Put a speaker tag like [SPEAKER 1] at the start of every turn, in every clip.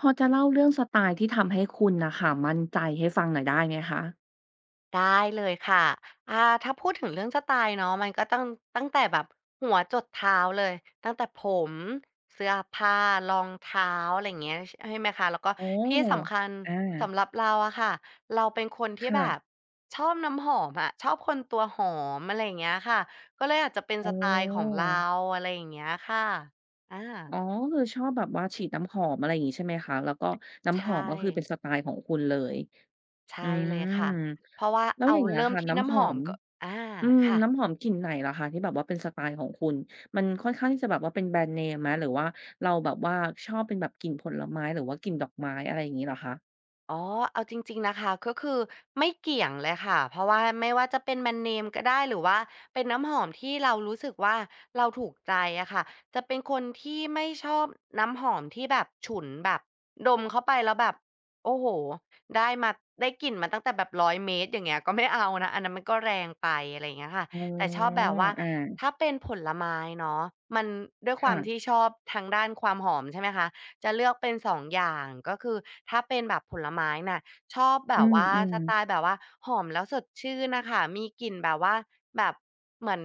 [SPEAKER 1] พอจะเล่าเรื่องสไตล์ที่ทำให้คุณน่ะค่ะมั่นใจให้ฟังหน่อยได้ไหมคะ
[SPEAKER 2] ได้เลยค่ะอ่าถ้าพูดถึงเรื่องสไตล์เนาะมันก็ตั้งแต่แบบหัวจรดเท้าเลยตั้งแต่ผมเสื้อผ้ารองเท้าอะไรอย่างเงี้ยชใช่ไหมคะแล้วก็
[SPEAKER 1] อ๋อ
[SPEAKER 2] ที่สำคัญ
[SPEAKER 1] อา
[SPEAKER 2] สำหรับเราอะค่ะเราเป็นคนที่
[SPEAKER 1] ค่ะ
[SPEAKER 2] แบบชอบน้ำหอมอะชอบคนตัวหอมอะไรอย่างเงี้ยค่ะก็เลยอาจจะเป็น
[SPEAKER 1] อ๋
[SPEAKER 2] สไตล์ของ
[SPEAKER 1] อ
[SPEAKER 2] เราอะไรอย่างเงี้ยค่ะอา
[SPEAKER 1] อ๋อคือชอบแบบว่าฉีดน้ำหอมอะไรอย่างงี้ใช่ไหมคะแล้วก็
[SPEAKER 2] ใช
[SPEAKER 1] น้ำหอม
[SPEAKER 2] ่
[SPEAKER 1] ก็คือเป็นสไตล์ของคุณเลยอื
[SPEAKER 2] ใช่เลย
[SPEAKER 1] ม
[SPEAKER 2] ค่ะเพราะว่า
[SPEAKER 1] แล้วอ
[SPEAKER 2] เอา
[SPEAKER 1] ย่างเงี้ย
[SPEAKER 2] เริ่ม
[SPEAKER 1] ค่ะ
[SPEAKER 2] ที่
[SPEAKER 1] น้ำห
[SPEAKER 2] น้ำห
[SPEAKER 1] อ
[SPEAKER 2] อม
[SPEAKER 1] ม
[SPEAKER 2] ก็อา
[SPEAKER 1] อืม
[SPEAKER 2] ค่ะ
[SPEAKER 1] น้ำหอมกลิ่นไหนเหรอคะที่แบบว่าเป็นสไตล์ของคุณมันค่อนข้างที่จะแบบว่าเป็นแบรนด์เนมไหมหรือว่าเราแบบว่าชอบเป็นแบบกลิ่นผลไม้หรือว่ากลิ่นดอกไม้อะไรอย่างงี้เหรอคะ
[SPEAKER 2] อ๋อเอาจริงๆนะคะก็คือไม่เกี่ยงเลยค่ะเพราะว่าไม่ว่าจะเป็นแบรนด์เนมก็ได้หรือว่าเป็นน้ำหอมที่เรารู้สึกว่าเราถูกใจอะค่ะจะเป็นคนที่ไม่ชอบน้ำหอมที่แบบฉุนแบบดมเข้าไปแล้วแบบโอ้โฮได้มาได้กลิ่นมาตั้งแต่แบบ100เมตรอย่างเงี้ยก็ไม่เอานะอันนั้นมันก็แรงไปอะไรอย่างเงี้ยค่ะ
[SPEAKER 1] อ๋
[SPEAKER 2] แต่ชอ
[SPEAKER 1] อ
[SPEAKER 2] บแบบว่า
[SPEAKER 1] อา
[SPEAKER 2] ถ้าเป็นผลไม้เนาะมันด้วยควา
[SPEAKER 1] ค่ะ
[SPEAKER 2] มที่ชอบทางด้านความหอมใช่ไหมคะ จะเลือกเป็น2องอย่างก็คือถ้าเป็นแบบผลไม้น่ะชอบแบ
[SPEAKER 1] อื
[SPEAKER 2] บว่าส
[SPEAKER 1] ม
[SPEAKER 2] ไตล์
[SPEAKER 1] ๆ
[SPEAKER 2] แบบว่าหอมแล้วสดชื่นน่ะค่ะมีกลิ่นแบบว่าแบบเหมือน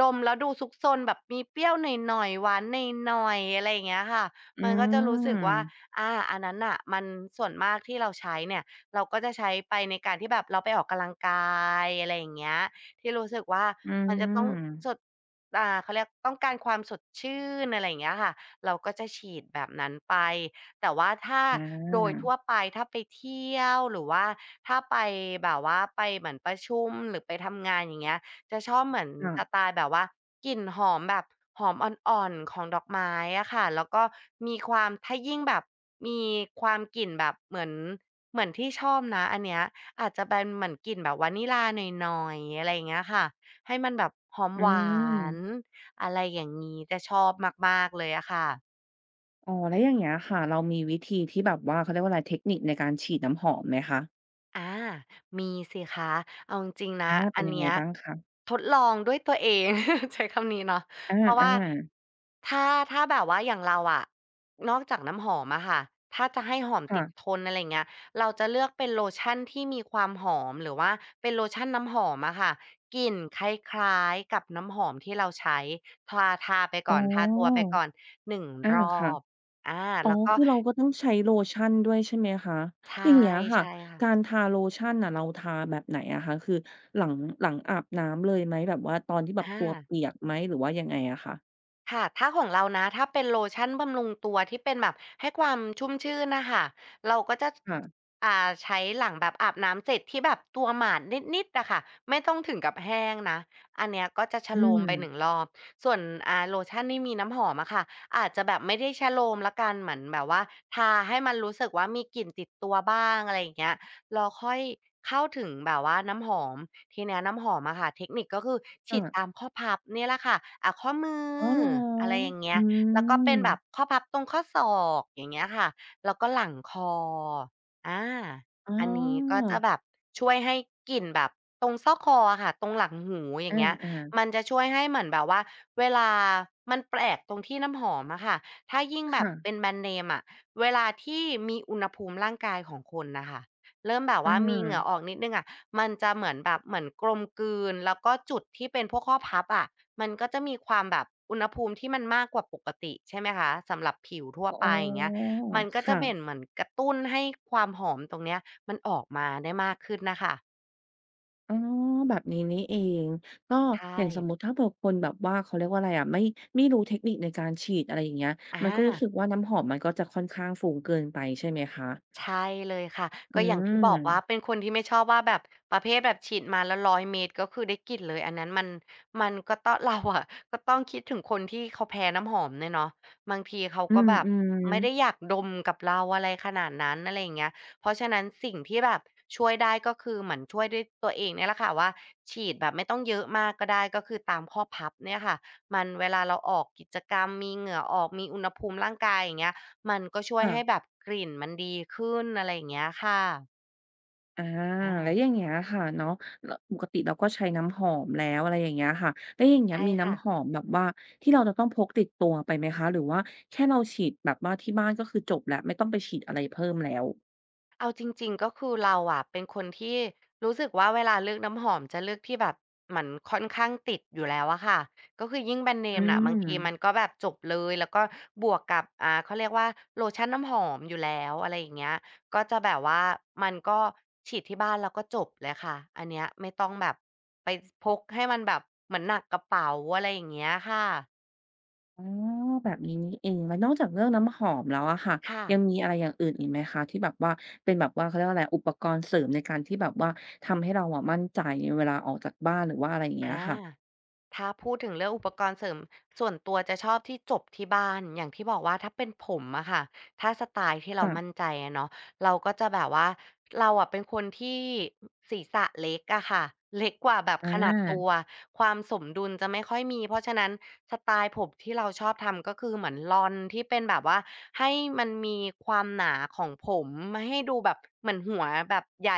[SPEAKER 2] ดมแล้วดูซุกซนแบบมีเปรี้ยวหน่อยๆหวานหน่อยๆอะไรอย่างเงี้ยค่ะ
[SPEAKER 1] อื
[SPEAKER 2] มันก็จะรู้
[SPEAKER 1] ม
[SPEAKER 2] สึกว่าอาอันนั้นน่ะมันส่วนมากที่เราใช้เนี่ยเราก็จะใช้ไปในการที่แบบเราไปออกกำลังกายอะไรอย่างเงี้ยที่รู้สึกว่า
[SPEAKER 1] อื
[SPEAKER 2] มันจะต้องสด
[SPEAKER 1] ม
[SPEAKER 2] อ่าเขาเรียกต้องการความสดชื่นอะไรอย่างเงี้ยค่ะ เราก็จะฉีดแบบนั้นไป แต่ว่าถ้าโด
[SPEAKER 1] อา
[SPEAKER 2] ยทั่วไปถ้าไปเที่ยวหรือว่าถ้าไปแบบว่าไปเหมือนประชุมหรือไปทำงานอย่างเงี้ยจะชอบเหมือน
[SPEAKER 1] ค่ะ
[SPEAKER 2] สไตล์แบบว่ากลิ่นหอมแบบหอมอ่อนๆของดอกไม้อะค่ะแล้วก็มีความถ้ายิ่งแบบมีความกลิ่นแบบเหมือนเหมือนที่ชอบนะอันเนี้ยอาจจะเป็นเหมือนกลิ่นแบบวานิลลาหน่อยๆอะไรอย่างเงี้ยค่ะให้มันแบบหอม
[SPEAKER 1] อื
[SPEAKER 2] หวา
[SPEAKER 1] ม
[SPEAKER 2] น อะไรอย่างนี้จะชอบมากๆเลยอะค่ะ
[SPEAKER 1] อ๋อแล้วอย่างเงี้ยค่ะเรามีวิธีที่แบบว่าเขาเรียกว่าอะไรเทคนิคในการฉีดน้ำหอมไหมคะ
[SPEAKER 2] อามีสิคะเอาจริงๆนะ
[SPEAKER 1] อาเป็
[SPEAKER 2] อั
[SPEAKER 1] น
[SPEAKER 2] น
[SPEAKER 1] ยังไง
[SPEAKER 2] เนี้ย
[SPEAKER 1] บ้างคะ
[SPEAKER 2] ทดลองด้วยตัวเอง ใช้คำนี้เนาะ
[SPEAKER 1] อ
[SPEAKER 2] เพราะ
[SPEAKER 1] า
[SPEAKER 2] ว่า
[SPEAKER 1] ๆ
[SPEAKER 2] ถ้าถ้าแบบว่าอย่างเราอะนอกจากน้ำหอมอะค่ะถ้าจะให้หอม
[SPEAKER 1] ค่ะ
[SPEAKER 2] ติดทนอะไรอย่างเงี้ยเราจะเลือกเป็นโลชั่นที่มีความหอมหรือว่าเป็นโลชั่นน้ำหอมอะค่ะกลิ่นคล้ายๆกับน้ำหอมที่เราใช้ทาไป
[SPEAKER 1] อ๋
[SPEAKER 2] ก่อ
[SPEAKER 1] อ
[SPEAKER 2] นทาตัวไปก่อน1
[SPEAKER 1] อา
[SPEAKER 2] รอ
[SPEAKER 1] ค่ะ
[SPEAKER 2] บอา
[SPEAKER 1] อ๋อ
[SPEAKER 2] แล้วก็
[SPEAKER 1] คือเราก็ต้องใช้โลชั่นด้วยใช่ไหมคะ
[SPEAKER 2] ใช่
[SPEAKER 1] อย่างเงี้ยค่ะ
[SPEAKER 2] ค่ะ
[SPEAKER 1] การทาโลชั่นน่ะเราทาแบบไหนอะคะคือหลังหลังอาบน้ำเลยไหมแบบว่าตอนที่แบบตัว
[SPEAKER 2] อา
[SPEAKER 1] เปียกไหมหรือว่ายังไงอะคะ
[SPEAKER 2] ค่ะถ้าของเรานะถ้าเป็นโลชั่นบำรุงตัวที่เป็นแบบให้ความชุ่มชื่นน่ะค่ะเราก็จะ
[SPEAKER 1] ค่ะ
[SPEAKER 2] ใช้หลังแบบอาบน้ำเสร็จที่แบบตัวหมาดนิดๆอะค่ะไม่ต้องถึงกับแห้งนะอันเนี้ยก็จะโชะ
[SPEAKER 1] อื
[SPEAKER 2] โล
[SPEAKER 1] ม
[SPEAKER 2] มไป1รอบส่วนโลชั่นที่มีน้ำหอมอะค่ะอาจจะแบบไม่ได้โชะโลมแล้วกันเหมือนแบบว่าทาให้มันรู้สึกว่ามีกลิ่นติดตัวบ้างอะไรอย่างเงี้ย เราค่อยเข้าถึงแบบว่าน้ำหอมทีเนี้ยน้ำหอมอะค่ะเทคนิคก็คือฉีด
[SPEAKER 1] ค่ะ
[SPEAKER 2] ตามข้อพับเนี่ยแหละค่ะอ่าข้อมื
[SPEAKER 1] อ๋อเหรอ
[SPEAKER 2] ออะไรอย่างเงี้
[SPEAKER 1] อื
[SPEAKER 2] ยแล้วก็เป็นแบบ
[SPEAKER 1] ม
[SPEAKER 2] ข้อพับตรงข้อศอกอย่างเงี้ยค่ะแล้วก็หลังคออา
[SPEAKER 1] อ๋
[SPEAKER 2] อันนี้ก็
[SPEAKER 1] อ
[SPEAKER 2] จะแบบช่วยให้กลิ่นแบบตรงซอกคออะค่ะตรงหลังหูอ
[SPEAKER 1] อ
[SPEAKER 2] ย่างเงี้ย
[SPEAKER 1] า
[SPEAKER 2] มัน
[SPEAKER 1] ๆ
[SPEAKER 2] จะช่วยให้เหมือนแบบว่าเวลามันแปลกตรงที่น้ำหอมอะค่ะถ้ายิ่งแบบ
[SPEAKER 1] ค่ะ
[SPEAKER 2] เป็นแบรนด์เนมอะเวลาที่มีอุณหภูมิร่างกายของคนน่ะค่ะ เริ่มแบบ
[SPEAKER 1] อา
[SPEAKER 2] ว่ามีเหงื่อออกนิดนึงอะมันจะเหมือนแบบเหมือนกลมกลืนแล้วก็จุดที่เป็นพวกข้อพับอะมันก็จะมีความแบบอุณหภูมิที่มันมากกว่าปกติใช่ไหมคะสำหรับผิวทั่ว
[SPEAKER 1] อ๋
[SPEAKER 2] ไป
[SPEAKER 1] อ
[SPEAKER 2] อย่างเงี้ยมันก็จะ
[SPEAKER 1] ค่ะ
[SPEAKER 2] เป็นเหมือนกระตุ้นให้ความหอมตรงเนี้ยมันออกมาได้มากขึ้นนะคะ
[SPEAKER 1] อ๋อแบบนี้นี่เองก็อ
[SPEAKER 2] ใช่
[SPEAKER 1] ย่างสมมุติถ้าเผื่อคนแบบว่าเขาเรียกว่าอะไรอะไม่รู้เทคนิคในการฉีดอะไรอย่างเงี้ยมันก็รู้
[SPEAKER 2] อา
[SPEAKER 1] สึกว่าน้ำหอมมันก็จะค่อนข้างฟุ้งเกินไปใช่ไหมคะ
[SPEAKER 2] ใช่เลยค่ะ
[SPEAKER 1] อื
[SPEAKER 2] ก็อย่างที่บอกว่า
[SPEAKER 1] ม
[SPEAKER 2] เป็นคนที่ไม่ชอบว่าแบบประเภทแบบฉีดมาแล้ว1 0ยเมตรก็คือได้กลิ่นเลยอันนั้นมันมันก็ต้องเราอะก็ต้องคิดถึงคนที่เขาแพ้น้ำหอมเนี่ยเนาะบางทีเขา
[SPEAKER 1] อื
[SPEAKER 2] ก็แบบ
[SPEAKER 1] ม
[SPEAKER 2] ไม่ได้
[SPEAKER 1] ๆ
[SPEAKER 2] อยากดมกับเราอะไรขนาดนั้นอะไรอย่างเงี้ยเพราะฉะนั้นสิ่งที่แบบช่วยได้ก็คือเหมือนช่วยด้วยตัวเองเนี่ยแหละค่ะว่าฉีดแบบไม่ต้องเยอะมากก็ได้ก็คือตามข้อพับเนี่ยค่ะมันเวลาเราออกกิจกรรมมีเหงื่อออกมีอุณหภูมิร่างกายอย่างเงี้ย มันก็ช่วย
[SPEAKER 1] ค่ะ
[SPEAKER 2] ให้แบบกลิ่นมันดีขึ้นอะไรอย่างเงี้ยค่ะ
[SPEAKER 1] อา
[SPEAKER 2] อา
[SPEAKER 1] แล้วอย่างเงี้ยค่ะเนาะลปกติเราก็ใช้น้ำหอมแล้วอะไรอย่างเงี้ยค่ะแล้วอย่างเงี้ย
[SPEAKER 2] ใช่
[SPEAKER 1] มี
[SPEAKER 2] ค่ะ
[SPEAKER 1] น้ำหอมแบบว่าที่เราจะต้องพกติดตัวไปไหมคะหรือว่าแค่เราฉีดแบบว่าที่บ้านก็คือจบแล้วไม่ต้องไปฉีดอะไรเพิ่มแล้ว
[SPEAKER 2] เอาจริงๆก็คือเราอะเป็นคนที่รู้สึกว่าเวลาเลือกน้ำหอมจะเลือกที่แบบเหมือนค่อนข้างติดอยู่แล้วอะค่ะก็คือยิ่งแบรนด์เน
[SPEAKER 1] อื
[SPEAKER 2] มน่ะ
[SPEAKER 1] ม
[SPEAKER 2] บางทีมันก็แบบจบเลยแล้วก็บวกกับเขาเรียกว่าโลชั่นน้ำหอมอยู่แล้วอะไรอย่างเงี้ยก็จะแบบว่ามันก็ฉีดที่บ้านแล้วก็จบเลยค่ะอันเนี้ยไม่ต้องแบบไปสพกให้มันแบบเหมือนหนักกระเป๋าอะไรอย่างเงี้ยค่ะ
[SPEAKER 1] อ๋อแบบนี้นี่เองแล้วนอกจากเรื่องน้ำหอมแล้วอะค่ะ
[SPEAKER 2] ค่ะ
[SPEAKER 1] ยังมีอะไรอย่างอื่นอีกไหมคะที่แบบว่าเป็นแบบว่าเขาเรียกว่าอะไรอุปกรณ์เสริมในการที่แบบว่าทำให้เราอะมั่นใจเวลาออกจากบ้านหรือว่าอะไรอย่างเงี้ย
[SPEAKER 2] อา
[SPEAKER 1] ค่ะ
[SPEAKER 2] ถ้าพูดถึงเรื่องอุปกรณ์เสริมส่วนตัวจะชอบที่จบที่บ้านอย่างที่บอกว่าถ้าเป็นผมอะค่ะถ้าสไตล์ที่เรา
[SPEAKER 1] ค่ะ
[SPEAKER 2] มั่นใจอะเนาะเราก็จะแบบว่าเราอะเป็นคนที่ศีรษะเล็กอะค่ะเล็กกว่าแบบ
[SPEAKER 1] อา
[SPEAKER 2] ขนาดตัวความสมดุลจะไม่ค่อยมีเพราะฉะนั้นสไตล์ผมที่เราชอบทำก็คือเหมือนลอนที่เป็นแบบว่าให้มันมีความหนาของผมไม่ให้ดูแบบเหมือนหัวแบบใหญ่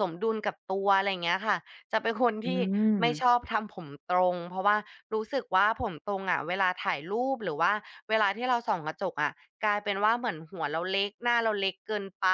[SPEAKER 2] สมดุลกับตัวอะไรเงี้ยค่ะ จะเป็นคน
[SPEAKER 1] อื
[SPEAKER 2] ที่
[SPEAKER 1] ม
[SPEAKER 2] ไม่ชอบทำผมตรงเพราะว่ารู้สึกว่าผมตรงอะเวลาถ่ายรูปหรือว่าเวลาที่เราส่องกระจกอะกลายเป็นว่าเหมือนหัวเราเล็กหน้าเราเล็กเกินไป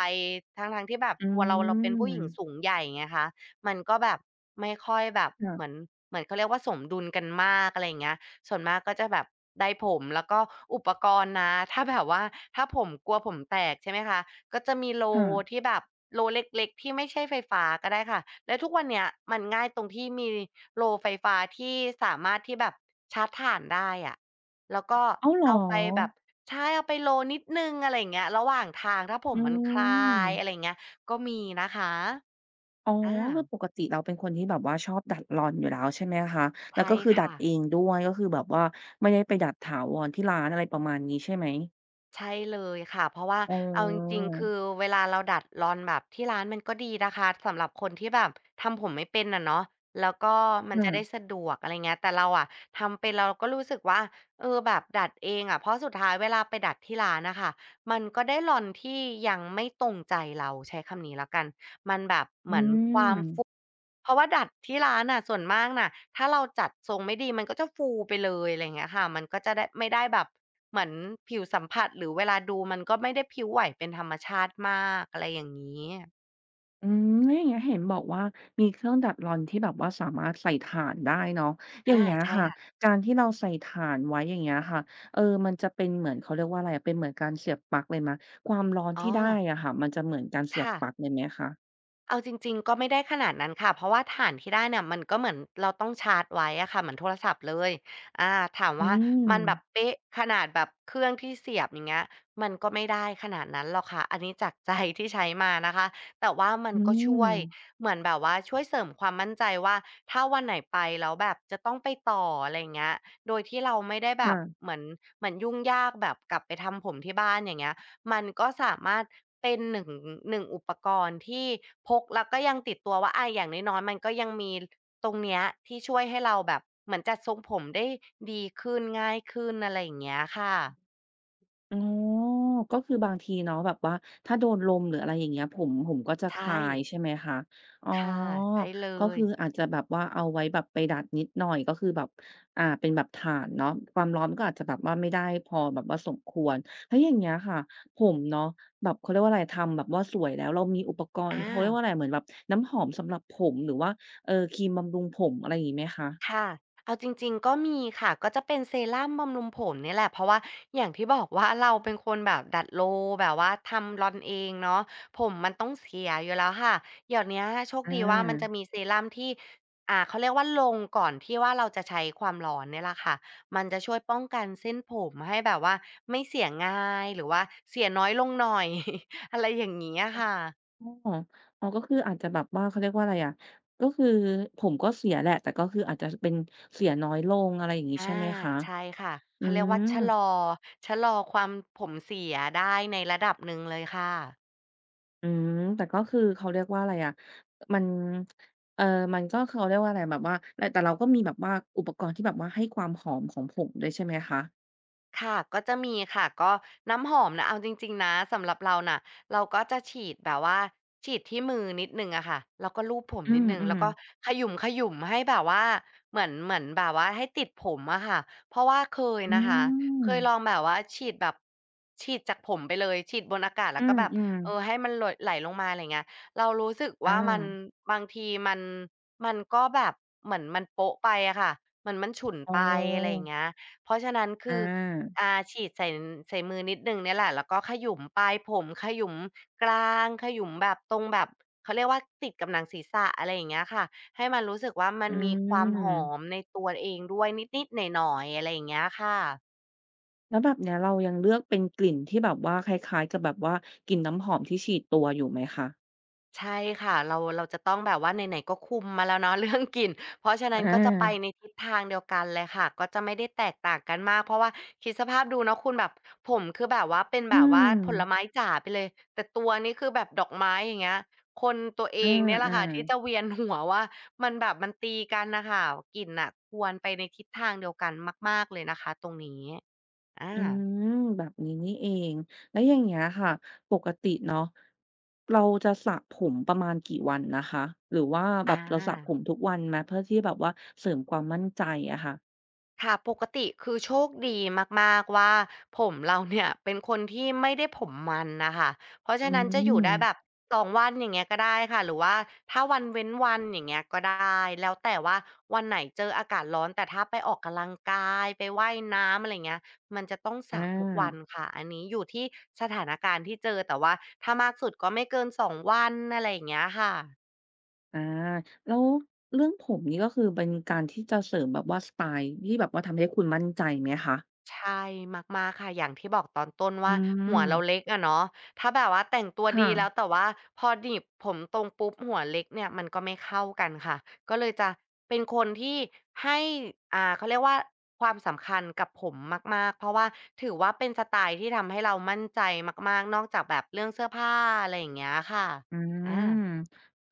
[SPEAKER 2] ทั้งๆที่แบบ
[SPEAKER 1] อื
[SPEAKER 2] ตัวเราเราเป็นผู้หญิง
[SPEAKER 1] ม
[SPEAKER 2] สูงใหญ่ไงคะมันก็แบบไม่ค่อยแบบเหมือน
[SPEAKER 1] ค่ะ
[SPEAKER 2] เหมือนเขาเรียกว่าสมดุลกันมากอะไรอย่างเงี้ยส่วนมากก็จะแบบได้ผมแล้วก็อุปกรณ์นะถ้าแบบว่าถ้าผมกลัวผมแตกใช่ไหมคะ ก็จะมีโล
[SPEAKER 1] ค่ะ
[SPEAKER 2] ที่แบบโลเล็กๆที่ไม่ใช่ไฟฟ้าก็ได้ค่ะและทุกวันเนี้ยมันง่ายตรงที่มีโลไฟฟ้าที่สามารถที่แบบชาร์จถ่านได้อะแล้วก็
[SPEAKER 1] อ้าวเหรอ
[SPEAKER 2] เอาไปแบบใช่เอาไปโลนิดหนึ่งอะไรอย่างเงี้ยระหว่างทางถ้าผ
[SPEAKER 1] อื
[SPEAKER 2] มมันคลายอะไรอ
[SPEAKER 1] ม
[SPEAKER 2] ย่างเงี้ยก็มีนะคะ
[SPEAKER 1] อ๋อ
[SPEAKER 2] อา
[SPEAKER 1] คือปกติเราเป็นคนที่แบบว่าชอบดัดลอนอยู่แล้วใช่ไหมคะ แล้ว
[SPEAKER 2] ใช่
[SPEAKER 1] ก็คือดัด
[SPEAKER 2] ค่ะ
[SPEAKER 1] เองด้วยก็คือแบบว่าไม่ได้ไปดัดถาวรที่ร้านอะไรประมาณนี้ใช่ไหม
[SPEAKER 2] ใช่เลยค่ะเพราะว่า
[SPEAKER 1] อ๋
[SPEAKER 2] เอาจริง
[SPEAKER 1] อ
[SPEAKER 2] ๆคือเวลาเราดัดรอนแบบที่ร้านมันก็ดีนะคะสำหรับคนที่แบบทำผมไม่เป็นอะเนาะแล้วก็มันจะได้
[SPEAKER 1] ค่ะ
[SPEAKER 2] สะดวกอะไรเงี้ยแต่เราอะทำเป็นเราก็รู้สึกว่าเออแบบดัดเองอะเพราะสุดท้ายเวลาไปดัดที่ร้านนะคะมันก็ได้รอนที่ยังไม่ตรงใจเราใช้คำนี้แล้วกัน มันแบบเห
[SPEAKER 1] อื
[SPEAKER 2] มือนความ
[SPEAKER 1] ม
[SPEAKER 2] ฟูเพราะว่าดัดที่ร้านน่ะส่วนมากน่ะถ้าเราจัดทรงไม่ดีมันก็จะฟูไปเลยอะไรอย่างเงี้ยค่ะมันก็จะได้ไม่ได้แบบเหมือนผิวสัมผัสหรือเวลาดูมันก็ไม่ได้พริ้วไหวเป็นธรรมชาติมากอะไรอย่างงี้
[SPEAKER 1] อืมแล้วอย่างเงี้ยเห็นบอกว่ามีเครื่องดัดร้อนที่แบบว่าสามารถใส่ถ่านได้เนาะอย่าง
[SPEAKER 2] อา
[SPEAKER 1] เงี้ย
[SPEAKER 2] ใช่
[SPEAKER 1] ค่ะ
[SPEAKER 2] ค่ะ
[SPEAKER 1] การที่เราใส่ถ่านไว้อย่างเงี้ยค่ะเออมันจะเป็นเหมือนเขาเรียกว่าอะไรอะเป็นเหมือนการเสียบปลั๊กเลยไหมะความร้อน
[SPEAKER 2] อ๋อ
[SPEAKER 1] ที่ได้อะค่ะมันจะเหมือนการเสียบ
[SPEAKER 2] ค่ะ
[SPEAKER 1] ปลั๊กเลยไหมคะ
[SPEAKER 2] เอาจริงๆก็ไม่ได้ขนาดนั้นค่ะเพราะว่าฐานที่ได้เนี่ยมันก็เหมือนเราต้องชาร์จไว้อะค่ะเหมือนโทรศัพท์เลยอาถาม
[SPEAKER 1] อื
[SPEAKER 2] ว่า
[SPEAKER 1] ม
[SPEAKER 2] มันแบบเป๊ะขนาดแบบเครื่องที่เสียบอย่างเงี้ยมันก็ไม่ได้ขนาดนั้นหรอกค่ะอันนี้จากใจที่ใช้มานะคะแต่ว่ามัน
[SPEAKER 1] อื
[SPEAKER 2] ก็ช่ว
[SPEAKER 1] ม
[SPEAKER 2] ยเหมือนแบบว่าช่วยเสริมความมั่นใจว่าถ้าวันไหนไปแล้วแบบจะต้องไปต่ออะไรอย่างเงี้ยโดยที่เราไม่ได้แบ
[SPEAKER 1] ค่ะ
[SPEAKER 2] บเหมือนเหมือนยุ่งยากแบบกลับไปทำผมที่บ้านอย่างเงี้ย มันก็สามารถเป็นหนึ่งอุปกรณ์ที่พกแล้วก็ยังติดตัวว่าอาอย่างน้อยๆมันก็ยังมีตรงเนี้ยที่ช่วยให้เราแบบเหมือนจัดทรงผมได้ดีขึ้นง่ายขึ้นอะไรอย่างเงี้ยค่ะ
[SPEAKER 1] อ๋อก็คือบางทีเนาะแบบว่าถ้าโดนลมหรืออะไรอย่างเงี้ยผมก็จะ
[SPEAKER 2] ใช
[SPEAKER 1] ค
[SPEAKER 2] ่
[SPEAKER 1] ลายใช่ไหมคะอ๋อ
[SPEAKER 2] ค่ะใช่เล
[SPEAKER 1] ก็
[SPEAKER 2] ย
[SPEAKER 1] คืออาจจะแบบว่าเอาไว้แบบไปดัดนิดหน่อยก็คือแบบอ่าเป็นแบบถ่านเนาะความร้อนก็อาจจะแบบว่าไม่ได้พอแบบว่าสมควรแล้วอย่างเงี้ยค่ะผมเนาะแบบเขาเรียกว่าอะไรทำแบบว่าสวยแล้วเรามีอุปกรณ์เขาเรียก
[SPEAKER 2] อา
[SPEAKER 1] ว่าอะไรเหมือนแบบน้ำหอมสำหรับผมหรือว่าเออครีมบำรุงผมอะไรอย่างงี้ไหมคะ
[SPEAKER 2] ค่ะเอาจริงๆก็มีค่ะ ก็จะเป็นเซรั่มบำรุงผมเนี่ยแหละเพราะว่าอย่างที่บอกว่าเราเป็นคนแบบดัดโลว์แบบว่าทำลอนเองเนาะผมมันต้องเสียอยู่แล้วค่ะเดี๋ยวเนี้ยโชค
[SPEAKER 1] อ
[SPEAKER 2] ดีว่ามันจะ
[SPEAKER 1] า
[SPEAKER 2] มีเซรั่มที่เขาเรียกว่าลงก่อนที่ว่าเราจะใช้ความร้อนเนี่ยแหละค่ะมันจะช่วยป้องกันเส้นผมให้แบบว่าไม่เสียง่ายหรือว่าเสียน้อยลงหน่อย อะไรอย่างงี้อะค่ะ
[SPEAKER 1] อ๋ออ๋อก็คืออาจจะแบบว่าเขาเรียกว่าอะไรอะก็คือผมก็เสียแหละแต่ก็คืออาจจะเป็นเสียน้อยลงอะไรอย่างงี้ใช่
[SPEAKER 2] อา
[SPEAKER 1] ไหมคะ
[SPEAKER 2] ใช่ค่ะ
[SPEAKER 1] อื
[SPEAKER 2] เขาเรียก
[SPEAKER 1] ม
[SPEAKER 2] ว่าชะลอความผมเสียได้ในระดับหนึ่งเลยค่ะ
[SPEAKER 1] อืมแต่ก็คือเขาเรียกว่าอะไรอะมันเอ่อมันก็เขาเรียกว่าอะไรแบบว่าแต่เราก็มีแบบว่าอุปกรณ์ที่แบบว่าให้ความหอมของผงด้วยใช่ไหมคะ
[SPEAKER 2] ค่ะก็จะมีค่ะก็น้ำหอมนะเอาจริงๆนะสำหรับเราน่ะเราก็จะฉีดแบบว่าฉีดที่มือนิดหนึ่งอะค่ะแล้วก็ลูบผม
[SPEAKER 1] อื
[SPEAKER 2] นิดหนึ่งแล้
[SPEAKER 1] ม
[SPEAKER 2] วก็
[SPEAKER 1] ๆ
[SPEAKER 2] ขยุ่มๆให้แบบว่าเหมือนแบบว่าให้ติดผมอะค่ะเพราะว่าเคย
[SPEAKER 1] อื
[SPEAKER 2] นะคะ
[SPEAKER 1] ม
[SPEAKER 2] เคยลองแบบว่าฉีดแบบฉีดจากผมไปเลยฉีดบนอากาศ
[SPEAKER 1] อื
[SPEAKER 2] แล้วก็แบบ
[SPEAKER 1] ม
[SPEAKER 2] เออ
[SPEAKER 1] ๆ
[SPEAKER 2] ให้มันหลดไหลลงมาอะไรเงี้ยเรารู้สึก
[SPEAKER 1] อา
[SPEAKER 2] ว่ามันบางทีมันก็แบบเหมือนมันโป๊ะไปอะค่ะเหมือนมันฉุ่น
[SPEAKER 1] อ๋อ
[SPEAKER 2] ไปอะไรอย่างเงี้ยเพราะฉะนั้น
[SPEAKER 1] อ
[SPEAKER 2] คือ
[SPEAKER 1] า
[SPEAKER 2] อาฉีดใส่มือนิดหนึ่งเนี่ยแหละแล้วก็ขยุมปลายผมขยุมกลางขยุมแบบตรงแบบเขาเรียกว่าติดกับหนังศีรษะอะไรอย่างเงี้ยค่ะให้มันรู้สึกว่ามั
[SPEAKER 1] อื
[SPEAKER 2] นมีความหอม
[SPEAKER 1] ม
[SPEAKER 2] ในตัวเองด้วยนิดๆหน่อยๆอะไรอย่างเงี้ยค่ะ
[SPEAKER 1] แล้วแบบเนี้ยเรายังเลือกเป็นกลิ่นที่แบบว่าคล้ายๆกับแบบว่ากลิ่นน้ำหอมที่ฉีดตัวอยู่ไหมคะ
[SPEAKER 2] ใช่ค่ะเราจะต้องแบบว่าไหนๆก็คุมมาแล้วเนาะ เรื่องกลิ่นเพราะฉะนั้
[SPEAKER 1] อ
[SPEAKER 2] นก็จะไปใน
[SPEAKER 1] า
[SPEAKER 2] ทิศทางเดียวกันเลยค่ะก็จะไม่ได้แตกต่างกันมากเพราะว่าคิดสภาพดูเนาะคุณแบบผมคือแบบว่าเป็น
[SPEAKER 1] อื
[SPEAKER 2] แบบว่า
[SPEAKER 1] ม
[SPEAKER 2] ผลไม้จ๋าไปเลยแต่ตัวนี่คือแบบดอกไม้อย่างเงี้ยคนตัวเอ
[SPEAKER 1] อ
[SPEAKER 2] งเนี่ยแหละ
[SPEAKER 1] า
[SPEAKER 2] ค่ะ
[SPEAKER 1] ๆ
[SPEAKER 2] ที่จะเวียนหัวว่ามันแบบมันตีกันน่ะค่ะกลิ่นน่ะควรไปในทิศทางเดียวกันมากๆเลยนะคะตรงนี้อา
[SPEAKER 1] อืม แบบนี้นี่เองแล้วอย่างเงี้ยค่ะปกติเนาะเราจะสระผมประมาณกี่วันนะคะหรือว่าแบบ
[SPEAKER 2] อา
[SPEAKER 1] เราสระผมทุกวันไหมเพื่อที่แบบว่าเสริมความมั่นใจอะค่ะ
[SPEAKER 2] ค่ะปกติคือโชคดีมากๆว่าผมเราเนี่ยเป็นคนที่ไม่ได้ผมมันน่ะค่ะเพราะ
[SPEAKER 1] อื
[SPEAKER 2] ฉะนั้นจะอยู่ได้แบบ
[SPEAKER 1] ม
[SPEAKER 2] 2วันอย่างเงี้ยก็ได้ค่ะหรือว่าถ้าวันเว้นวันอย่างเงี้ยก็ได้แล้วแต่ว่าวันไหนเจออากาศร้อนแต่ถ้าไปออกกำลังกายไปว่ายน้ำอะไรเงี้ยมันจะต้องส
[SPEAKER 1] อ
[SPEAKER 2] ระทุกวัน
[SPEAKER 1] า
[SPEAKER 2] ค่ะอันนี้อยู่ที่สถานการณ์ที่เจอแต่ว่าถ้ามากสุดก็ไม่เกินสองวันอะไรอย่างเงี้ยค่ะ
[SPEAKER 1] อาแล้วเรื่องผมนี่ก็คือเป็นการที่จะเสริมแบบว่าสไตล์ที่แบบว่าทำให้คุณมั่นใจไหมคะ
[SPEAKER 2] ใช่มากๆค่ะอย่างที่บอกตอนต้น
[SPEAKER 1] อื
[SPEAKER 2] ว่าหัวเราเล็
[SPEAKER 1] ม
[SPEAKER 2] กอะเนาะถ้าแบบว่าแต่งตัว
[SPEAKER 1] ค่ะ
[SPEAKER 2] ดีแล้วแต่ว่าพอหนีบผมตรงปุ๊บหัวเล็กเนี่ยมันก็ไม่เข้ากันค่ะก็เลยจะเป็นคนที่ให้อ่าเขาเรียกว่าความสำคัญกับผมมากๆเพราะว่าถือว่าเป็นสไตล์ที่ทำให้เรามั่นใจมากๆนอกจากแบบเรื่องเสื้อผ้าอะไรอย่างเงี้ยค่ะ
[SPEAKER 1] อื
[SPEAKER 2] อา
[SPEAKER 1] ม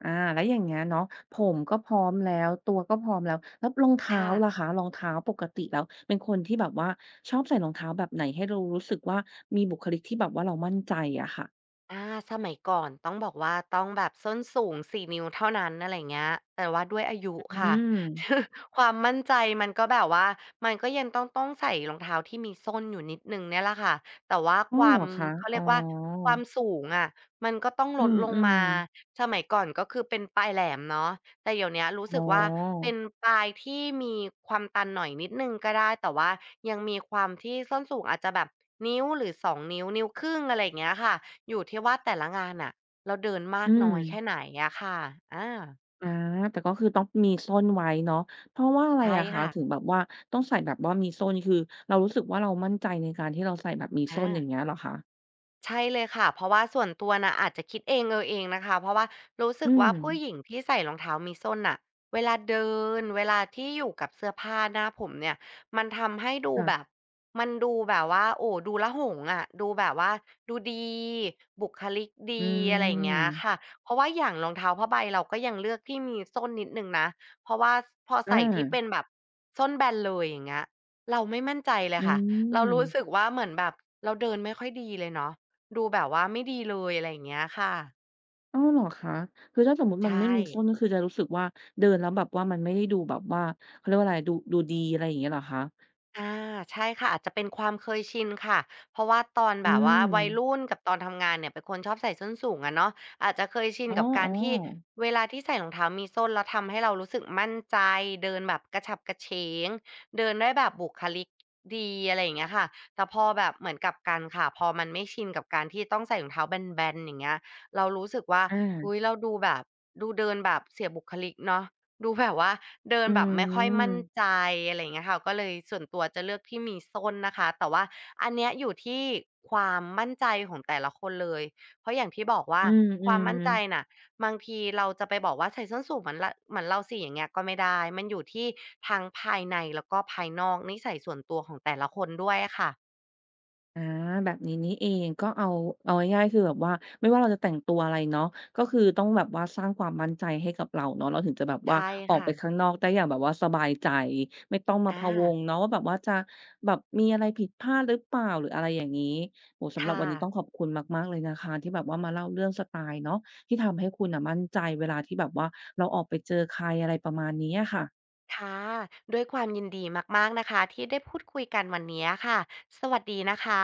[SPEAKER 1] อ่าแล้วอย่างเงี้ยเนาะผมก็พร้อมแล้วตัวก็พร้อมแล้วแล้วรองเท้า
[SPEAKER 2] ค่ะ
[SPEAKER 1] ล่ะคะรองเท้าปกติแล้วเป็นคนที่แบบว่าชอบใส่รองเท้าแบบไหนให้เรารู้สึกว่ามีบุคลิกที่แบบว่าเรามั่นใจอะค่ะ
[SPEAKER 2] อาสมัยก่อนต้องบอกว่าต้องแบบส้นสูง4นิ้วเท่านั้นอะไรอย่าเงี้ยแต่ว่าด้วยอายุ
[SPEAKER 1] อื
[SPEAKER 2] ค่ะ
[SPEAKER 1] ม
[SPEAKER 2] ความมั่นใจมันก็แบบว่ามันก็ยังต้องใส่รองเท้าที่มีส้นอยู่นิดนึงเนี่ยแหละค่ะแต่ว่า
[SPEAKER 1] อ้
[SPEAKER 2] ค
[SPEAKER 1] อ
[SPEAKER 2] วา
[SPEAKER 1] เหร
[SPEAKER 2] ม
[SPEAKER 1] อคะ
[SPEAKER 2] เขา
[SPEAKER 1] อ๋
[SPEAKER 2] เรี
[SPEAKER 1] อ
[SPEAKER 2] ยกว่าความสูงอะมันก็ต้อง
[SPEAKER 1] อื
[SPEAKER 2] ลดลงมา
[SPEAKER 1] ม
[SPEAKER 2] สมัยก่อนก็คือเป็นปลายแหลมเนาะแต่เดี๋ยวเนี้ย
[SPEAKER 1] ๆ
[SPEAKER 2] รู้
[SPEAKER 1] อ๋อ
[SPEAKER 2] สึกว่าเป็นปลายที่มีความตันหน่อยนิดนึงก็ได้แต่ว่ายังมีความที่ส้นสูงอาจจะแบบนิ้วหรือ2นิ้วนิ้วครึ่งอะไรอย่างเงี้ยค่ะ อยู่ที่ว่าแต่ละงานน่ะเราเดินมา
[SPEAKER 1] อื
[SPEAKER 2] กน้
[SPEAKER 1] ม
[SPEAKER 2] อยแค่ไหนอะค่ะอา
[SPEAKER 1] อาแต่ก็คือต้องมีส้นไว้เนาะเพราะว่าอะไร
[SPEAKER 2] ใช่
[SPEAKER 1] อะคะ
[SPEAKER 2] ค่ะ
[SPEAKER 1] ถึงแบบว่าต้องใส่แบบว่ามีส้นคือเรารู้สึกว่าเรามั่นใจในการที่เราใส่แบบมีส้
[SPEAKER 2] อา
[SPEAKER 1] นอย่างเงี้ยเหรอคะ
[SPEAKER 2] ใช่เลยค่ะเพราะว่าส่วนตัวนะอาจจะคิดเองเออเองนะคะเพราะว่ารู้สึ
[SPEAKER 1] อื
[SPEAKER 2] กว่า
[SPEAKER 1] ม
[SPEAKER 2] ผู้หญิงที่ใส่รองเท้ามีส้นน่ะเวลาเดินเวลาที่อยู่กับเสื้อผ้าหน้าผมเนี่ยมันทำให้ดูแบบ
[SPEAKER 1] ค่ะ
[SPEAKER 2] มันดูแบบว่าโอ้ดูละหงส่ะดูแบบว่าดูดีบุคลิก
[SPEAKER 1] อื
[SPEAKER 2] ดีอะไรอย่างเงี้ยค่ะ
[SPEAKER 1] ม
[SPEAKER 2] เพราะว่าอย่างรองเท้าผ้าใบเราก็ยังเลือกที่มีส้นนิดนึงนะเพราะว่าพอ
[SPEAKER 1] อา
[SPEAKER 2] ใส่ที่เป็นแบบส้นแบนเลยอย่างเงี้ยเราไม่มั่นใจเล
[SPEAKER 1] อื
[SPEAKER 2] ยค่ะเรา
[SPEAKER 1] ม
[SPEAKER 2] รู้สึกว่าเหมือนแบบเราเดินไม่ค่อยดีเลยเนาะ ดูแบบว่าไม่ดีเลยอะไรอย่างเงี้ยค่ะ
[SPEAKER 1] อ้าวเหรอคะคือถ้าสมมุติ
[SPEAKER 2] ใช
[SPEAKER 1] มันไม่
[SPEAKER 2] ่
[SPEAKER 1] มีส้นก็คือจะรู้สึกว่าเดินแล้วแบบว่ามันไม่ได้ดูแบบว่าเขาเรียกว่าอะไรดูดีอะไรอย่างเงี้ยเหรอคะ
[SPEAKER 2] อาใช่ค่ะอาจจะเป็นความเคยชินค่ะเพราะว่าตอน
[SPEAKER 1] อื
[SPEAKER 2] แบบว่า
[SPEAKER 1] ม
[SPEAKER 2] วัยรุ่นกับตอนทำงานเนี่ยเป็นคนชอบใส่ส้นสูงอะเนาะอาจจะเคยชิน
[SPEAKER 1] อ๋อ
[SPEAKER 2] กับการที่
[SPEAKER 1] ๆ
[SPEAKER 2] เวลาที่ใส่รองเท้ามีส้นแล้วทำให้เรารู้สึกมั่นใจเดินแบบกระฉับกระเฉงเดินได้แบบบุคลิกดีอะไรอย่างเงี้ยค่ะแต่พอแบบเหมือนกลับกันค่ะพอมันไม่ชินกับการที่ต้องใส่รองเท้าแบนๆอย่างเงี้ยเรารู้สึกว่า
[SPEAKER 1] อ
[SPEAKER 2] อุ๊ย
[SPEAKER 1] า
[SPEAKER 2] เราดูแบบดูเดินแบบเสียบุคลิกเนาะ ดูแบบว่าเดิน
[SPEAKER 1] อื
[SPEAKER 2] แบบไม่ค่อยมั่น
[SPEAKER 1] ม
[SPEAKER 2] ใจอะไรอย่างเงี้ยค่ะก็เลยส่วนตัวจะเลือกที่มีส้นนะคะแต่ว่าอันเนี้ยอยู่ที่ความมั่นใจของแต่ละคนเลยเพราะอย่างที่บอกว่า
[SPEAKER 1] อื
[SPEAKER 2] ความ
[SPEAKER 1] ม
[SPEAKER 2] มั่นใจ
[SPEAKER 1] ๆ
[SPEAKER 2] น่ะบางทีเราจะไปบอกว่าใส่ส้นสูงเหมือนละเหมือนเราสิอย่างเงี้ยก็ไม่ได้มันอยู่ที่ทั้งภายในแล้วก็ภายนอกนิสัยส่วนตัวของแต่ละคนด้วยอะค่ะ
[SPEAKER 1] อาแบบนี้นี่เองก็เอาง่ายๆคือแบบว่าไม่ว่าเราจะแต่งตัวอะไรเนาะก็คือต้องแบบว่าสร้างความมั่นใจให้กับเราเนาะเราถึงจะแบบว่า
[SPEAKER 2] ใช่
[SPEAKER 1] ออกไป
[SPEAKER 2] ค่ะ
[SPEAKER 1] ข้างนอกได้อย่างแบบว่าสบายใจไม่ต้องมา
[SPEAKER 2] อา
[SPEAKER 1] พะวงเนาะว่าแบบว่าจะแบบมีอะไรผิดพลาดหรือเปล่าหรืออะไรอย่างนี้โอ้สำหรับ
[SPEAKER 2] ค่ะ
[SPEAKER 1] วันนี้ต้องขอบคุณมากๆเลยนะคะที่แบบว่ามาเล่าเรื่องสไตล์เนาะที่ทำให้คุณอ่ะมั่นใจเวลาที่แบบว่าเราออกไปเจอใครอะไรประมาณนี้ค่ะ
[SPEAKER 2] ค่ะด้วยความยินดีมากๆนะคะที่ได้พูดคุยกันวันนี้ค่ะสวัสดีนะคะ